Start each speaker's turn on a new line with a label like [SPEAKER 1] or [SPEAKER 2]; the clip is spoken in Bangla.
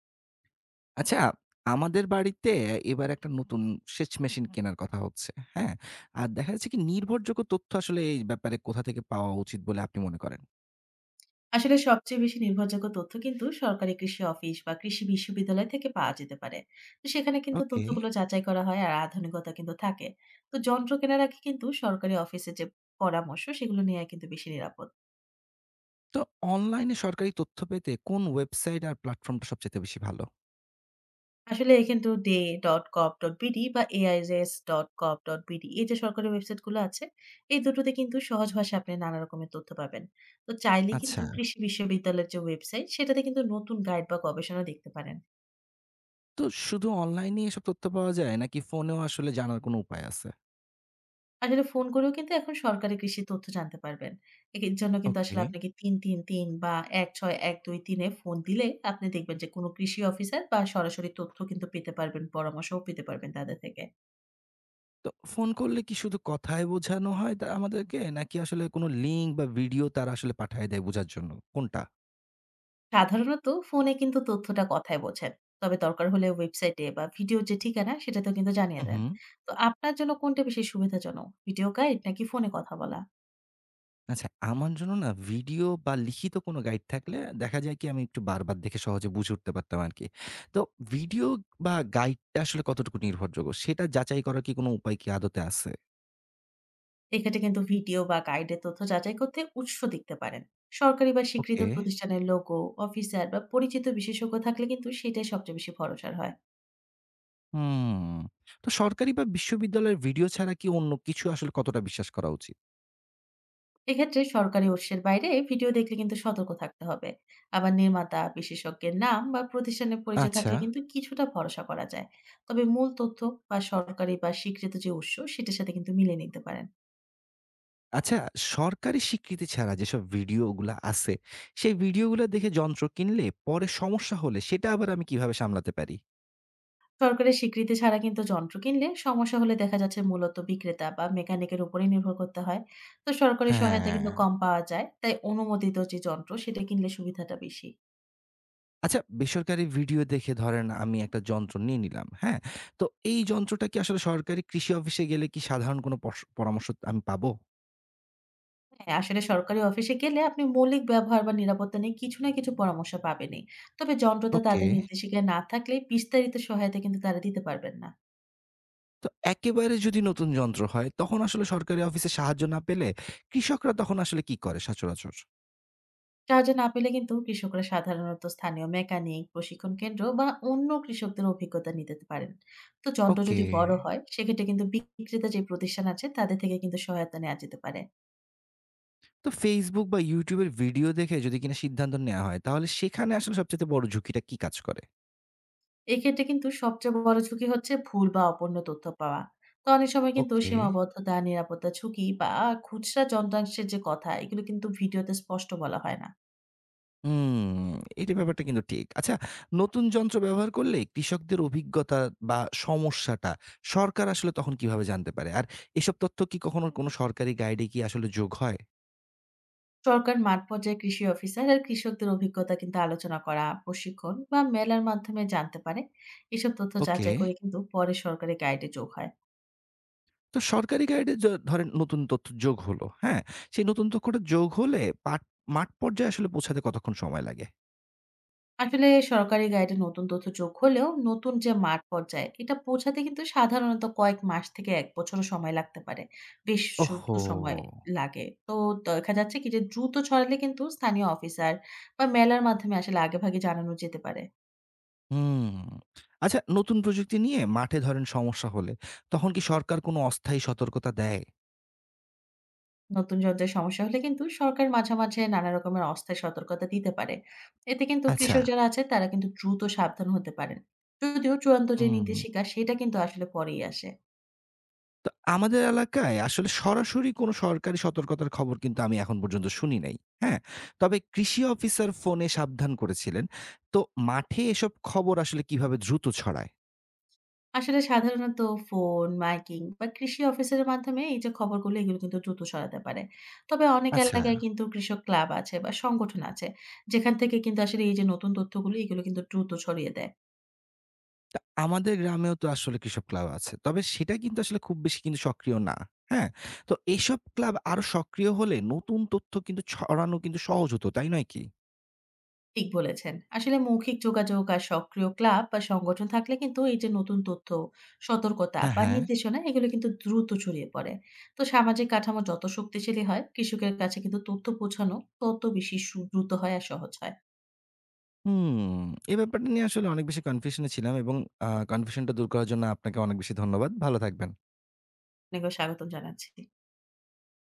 [SPEAKER 1] আচ্ছা, আমাদের বাড়িতে এবার একটা নতুন সেচ মেশিন কেনার কথা হচ্ছে। হ্যাঁ? আর দেখা যাচ্ছে কি নির্ভরযোগ্য তথ্য আসলে এই ব্যাপারে কোথা থেকে পাওয়া উচিত বলে আপনি মনে করেন?
[SPEAKER 2] আসলে সবচেয়ে বেশি নির্ভরযোগ্য তথ্য কিন্তু সরকারি কৃষি অফিস বা কৃষি বিশ্ববিদ্যালয় থেকে পাওয়া যেতে পারে। তো সেখানে কিন্তু
[SPEAKER 1] ওকে।
[SPEAKER 2] তথ্যগুলো যাচাই করা হয় আর আধুনিকতা কিন্তু থাকে। তো যন্ত্র কেনার আগে কিন্তু সরকারি অফিসে যে পরামর্শ সেগুলো নেওয়া কিন্তু বেশি নিরাপদ।
[SPEAKER 1] তো অনলাইনে সরকারি তথ্য পেতে কোন ওয়েবসাইট আর প্ল্যাটফর্মটা সবচাইতে বেশি ভালো?
[SPEAKER 2] আসলে কিন্তু ডে.কপ.বিডি বা এআইএস.কপ.বিডি এই যে সরকারি ওয়েবসাইটগুলো আছে, এই দুটোতে কিন্তু সহজ ভাষায় আপনি নানা রকমের তথ্য পাবেন। তো চাইলে কিন্তু
[SPEAKER 1] আচ্ছা।
[SPEAKER 2] কৃষি বিশ্ববিদ্যালয়ের যে ওয়েবসাইট সেটাতে কিন্তু নতুন গাইড বা গবেষণা দেখতে পারেন।
[SPEAKER 1] তো শুধু অনলাইনেই এসব তথ্য পাওয়া যায় নাকি ফোনেও আসলে জানার কোনো উপায় আছে?
[SPEAKER 2] আসলে ফোন করেও কিন্তু এখন সরকারি কৃষি তথ্য জানতে পারবেন। এর জন্য কিন্তু
[SPEAKER 1] ওকে।
[SPEAKER 2] আসলে আপনাকে ৩৩৩ বা ১৬১২৩ এ ফোন দিলে আপনি দেখবেন যে কোনো কৃষি অফিসার বা সরাসরি তথ্য কিন্তু পেতে পারবেন, পরামর্শও পেতে পারবেন তাদের থেকে।
[SPEAKER 1] তো ফোন করলে কি শুধু কথায় বোঝানো হয় তা আমাদেরকে নাকি আসলে কোনো লিঙ্ক বা ভিডিও তারা আসলে পাঠায় দেয় বোঝার জন্য? কোনটা?
[SPEAKER 2] সাধারণত ফোনে কিন্তু তথ্যটা কথায় বোঝেন। তবে দরকার হলে ওয়েবসাইটে বা ভিডিওর যে ঠিকানা সেটাতেও কিন্তু জানিয়ে দেন।
[SPEAKER 1] হুম।
[SPEAKER 2] তো আপনার জন্য কোনটা বেশি সুবিধাজনক? ভিডিও গাইড নাকি ফোনে কথা বলা?
[SPEAKER 1] আচ্ছা, আমার জন্য না ভিডিও বা লিখিত কোনো গাইড থাকলে দেখা যায় কি আমি একটু বারবার দেখে সহজে বুঝে উঠতে পারতাম আরকি। তো ভিডিও বা গাইডটা আসলে কতটুকু নির্ভরযোগ্য সেটা যাচাই করার কি কোনো উপায় কি আদতে আছে?
[SPEAKER 2] এক্ষেত্রে কিন্তু ভিডিও বা গাইডের তথ্য যাচাই করতে উৎস দেখতে পারেন, সরকারি বা স্বীকৃত
[SPEAKER 1] ওকে।
[SPEAKER 2] প্রতিষ্ঠানের লোগো, অফিসার বা পরিচিত বিশেষজ্ঞ থাকলে কিন্তু সেটাই সবচেয়ে বেশি ভরসার হয়।
[SPEAKER 1] হুম। তো সরকারি বা বিশ্ববিদ্যালয়ের ভিডিও ছাড়া কি অন্য কিছু আসলে কতটা বিশ্বাস করা উচিত?
[SPEAKER 2] এক্ষেত্রে সরকারি উৎসের বাইরে ভিডিও দেখলে কিন্তু সতর্ক থাকতে হবে। আবার নির্মাতা বিশেষজ্ঞের নাম বা প্রতিষ্ঠানের পরিচয়
[SPEAKER 1] আচ্ছা।
[SPEAKER 2] থাকলে কিন্তু কিছুটা ভরসা করা যায়। তবে মূল তথ্য বা সরকারি বা স্বীকৃত যে উৎস সেটার সাথে কিন্তু মিলে নিতে পারেন।
[SPEAKER 1] আচ্ছা, সরকারি স্বীকৃতি ছাড়া যেসব ভিডিওগুলা আছে, সেই ভিডিওগুলা দেখে যন্ত্র কিনলে পরে সমস্যা হলে সেটা আবার আমি কিভাবে সামলাতে পারি?
[SPEAKER 2] সরকারের স্বীকৃতি ছাড়া কিন্তু যন্ত্র কিনলে সমস্যা হলে দেখা যাচ্ছে মূলত বিক্রেতা বা মেকানিকের উপরেই নির্ভর করতে হয়। তো সরকারি সহায়তা কিন্তু
[SPEAKER 1] হ্যাঁ।
[SPEAKER 2] কম পাওয়া যায়। তাই অনুমোদিত যে যন্ত্র সেটা কিনলে সুবিধাটা বেশি।
[SPEAKER 1] আচ্ছা, বেসরকারি ভিডিও দেখে ধরেন আমি একটা যন্ত্র নিয়ে নিলাম, হ্যাঁ? তো এই যন্ত্রটা কি আসলে সরকারি কৃষি অফিসে গেলে কি সাধারণ কোনো পরামর্শ আমি পাবো?
[SPEAKER 2] হ্যাঁ, আসলে সরকারি অফিসে গেলে আপনি মৌলিক ব্যবহার বা নিরাপত্তা নিয়ে কিছু না কিছু পরামর্শ পাবেনই। তবে যন্ত্রটা
[SPEAKER 1] ওকে।
[SPEAKER 2] তাদের নির্দেশিকায় না থাকলে বিস্তারিত সহায়তা কিন্তু তারা দিতে পারবেন না।
[SPEAKER 1] তো একেবারে যদি নতুন যন্ত্র হয়, তখন আসলে সরকারি অফিসে সাহায্য না পেলে কৃষকরা তখন আসলে কি করে সচরাচর?
[SPEAKER 2] সাহায্য না পেলে কিন্তু কৃষকরা সাধারণত স্থানীয় মেকানিক, প্রশিক্ষণ কেন্দ্র বা অন্য কৃষকদের অভিজ্ঞতা নিতে পারেন। তো যন্ত্র
[SPEAKER 1] ওকে।
[SPEAKER 2] যদি বড় হয় সেক্ষেত্রে কিন্তু বিক্রেতা যে প্রতিষ্ঠান আছে তাদের থেকে কিন্তু সহায়তা নেওয়া যেতে পারে।
[SPEAKER 1] তো Facebook বা YouTube এর ভিডিও দেখে যদি কিনা সিদ্ধান্ত নেয়া হয়, তাহলে সেখানে আসলে সবচাইতে বড় ঝুঁকিটা কি কাজ করে?
[SPEAKER 2] এক্ষেত্রে কিন্তু সবচেয়ে বড় ঝুঁকি হচ্ছে ভুল বা অপূর্ণ তথ্য পাওয়া। তো অনেক সময় কিন্তু
[SPEAKER 1] ওকে।
[SPEAKER 2] সীমাবদ্ধতা, নিরাপত্তা ঝুঁকি বা খুচরা যন্ত্রাংশের যে কথা এগুলো কিন্তু ভিডিওতে স্পষ্ট বলা হয় না।
[SPEAKER 1] হুম, এইটা ব্যাপারটা কিন্তু ঠিক। আচ্ছা, নতুন যন্ত্র ব্যবহার করলে কৃষকদের অভিজ্ঞতা বা সমস্যাটা সরকার আসলে তখন কিভাবে জানতে পারে? আর এসব তথ্য কি কখনো কোনো সরকারি গাইডে কি আসলে যোগ হয়?
[SPEAKER 2] সরকার মাঠ পর্যায়ে কৃষি অফিসার আর কৃষকদের অভিজ্ঞতা কিন্তু আলোচনা করা, প্রশিক্ষণ বা মেলার মাধ্যমে জানতে পারে। এসব তথ্য
[SPEAKER 1] ওকে।
[SPEAKER 2] যাচাই করে কিন্তু পরে সরকারি গাইডে যোগ হয়।
[SPEAKER 1] তো সরকারি গাইডে য ধরেন নতুন তথ্য যোগ হলো, হ্যাঁ? সেই নতুন তথ্যটা যোগ হলে মাঠ পর্যায়ে আসলে পৌঁছাতে কতক্ষণ সময় লাগে?
[SPEAKER 2] আসলে সরকারি গাইডে নতুন তথ্য যোগ হলেও নতুন যে মাঠ পর্যায়ে এটা পৌঁছাতে কিন্তু সাধারণত কয়েক মাস থেকে ১ বছরও সময় লাগতে পারে। বেশ দ্রুত
[SPEAKER 1] ওহহো!
[SPEAKER 2] সময় লাগে। তো দেখা যাচ্ছে কি যে দ্রুত ছড়ালে কিন্তু স্থানীয় অফিসার বা মেলার মাধ্যমে আসলে আগেভাগে জানানো যেতে পারে।
[SPEAKER 1] হুম। আচ্ছা, নতুন প্রযুক্তি নিয়ে মাঠে ধরেন সমস্যা হলে তখন কি সরকার কোনো অস্থায়ী সতর্কতা দেয়?
[SPEAKER 2] নতুন যন্ত্রের সমস্যা হলে কিন্তু সরকার মাঝে, মাঝে নানা রকমের অস্থায়ী সতর্কতা দিতে পারে। এতে কিন্তু
[SPEAKER 1] আচ্ছা।
[SPEAKER 2] কৃষক যারা আছে তারা কিন্তু দ্রুত সাবধান হতে পারেন। যদিও চূড়ান্ত যে
[SPEAKER 1] হুম।
[SPEAKER 2] নির্দেশিকা সেটা কিন্তু আসলে পরেই আসে।
[SPEAKER 1] তো আমাদের এলাকায় আসলে সরাসরি কোনো সরকারি সতর্কতার খবর কিন্তু আমি এখন পর্যন্ত শুনি নাই। হ্যাঁ? তবে কৃষি অফিসার ফোনে সাবধান করেছিলেন। তো মাঠে এসব খবর আসলে কিভাবে দ্রুত ছড়ায়?
[SPEAKER 2] আসলে সাধারণত ফোন, মাইকিং বা কৃষি অফিসের মাধ্যমে এই যে খবরগুলো এগুলো কিন্তু দ্রুত ছড়াতে পারে। তবে অনেক
[SPEAKER 1] আচ্ছা।
[SPEAKER 2] এলাকায় কিন্তু কৃষক ক্লাব আছে বা সংগঠন আছে, যেখান থেকে কিন্তু আসলে এই যে নতুন তথ্যগুলো এগুলো কিন্তু দ্রুত ছড়িয়ে দেয়।
[SPEAKER 1] তা আমাদের গ্রামেও তো আসলে কৃষক ক্লাব আছে। তবে সেটা কিন্তু আসলে খুব বেশি কিন্তু সক্রিয় না। হ্যাঁ? তো এসব ক্লাব আরো সক্রিয় হলে নতুন তথ্য কিন্তু ছড়ানো কিন্তু সহজ হতো, তাই নয় কি?
[SPEAKER 2] ঠিক বলেছেন। আসলে মৌখিক যোগাযোগ আর সক্রিয় ক্লাব বা সংগঠন থাকলে কিন্তু এই যে নতুন তথ্য, সতর্কতা
[SPEAKER 1] হ্যাঁ,
[SPEAKER 2] বা
[SPEAKER 1] হ্যাঁ।
[SPEAKER 2] নির্দেশনা এগুলো কিন্তু দ্রুত ছড়িয়ে পড়ে। তো সামাজিক কাঠামো যত শক্তিশালী হয়, কৃষকের কাছে কিন্তু তথ্য পৌঁছানো তত বেশি দ্রুত হয় আর সহজ হয়।
[SPEAKER 1] হুম, এই ব্যাপারটা নিয়ে আসলে অনেক বেশি কনফিউশন এ ছিলাম এবং কনফিউশনটা দূর করার জন্য আপনাকে অনেক বেশি ধন্যবাদ। ভালো থাকবেন।
[SPEAKER 2] আপনাকেও স্বাগতম জানাচ্ছি।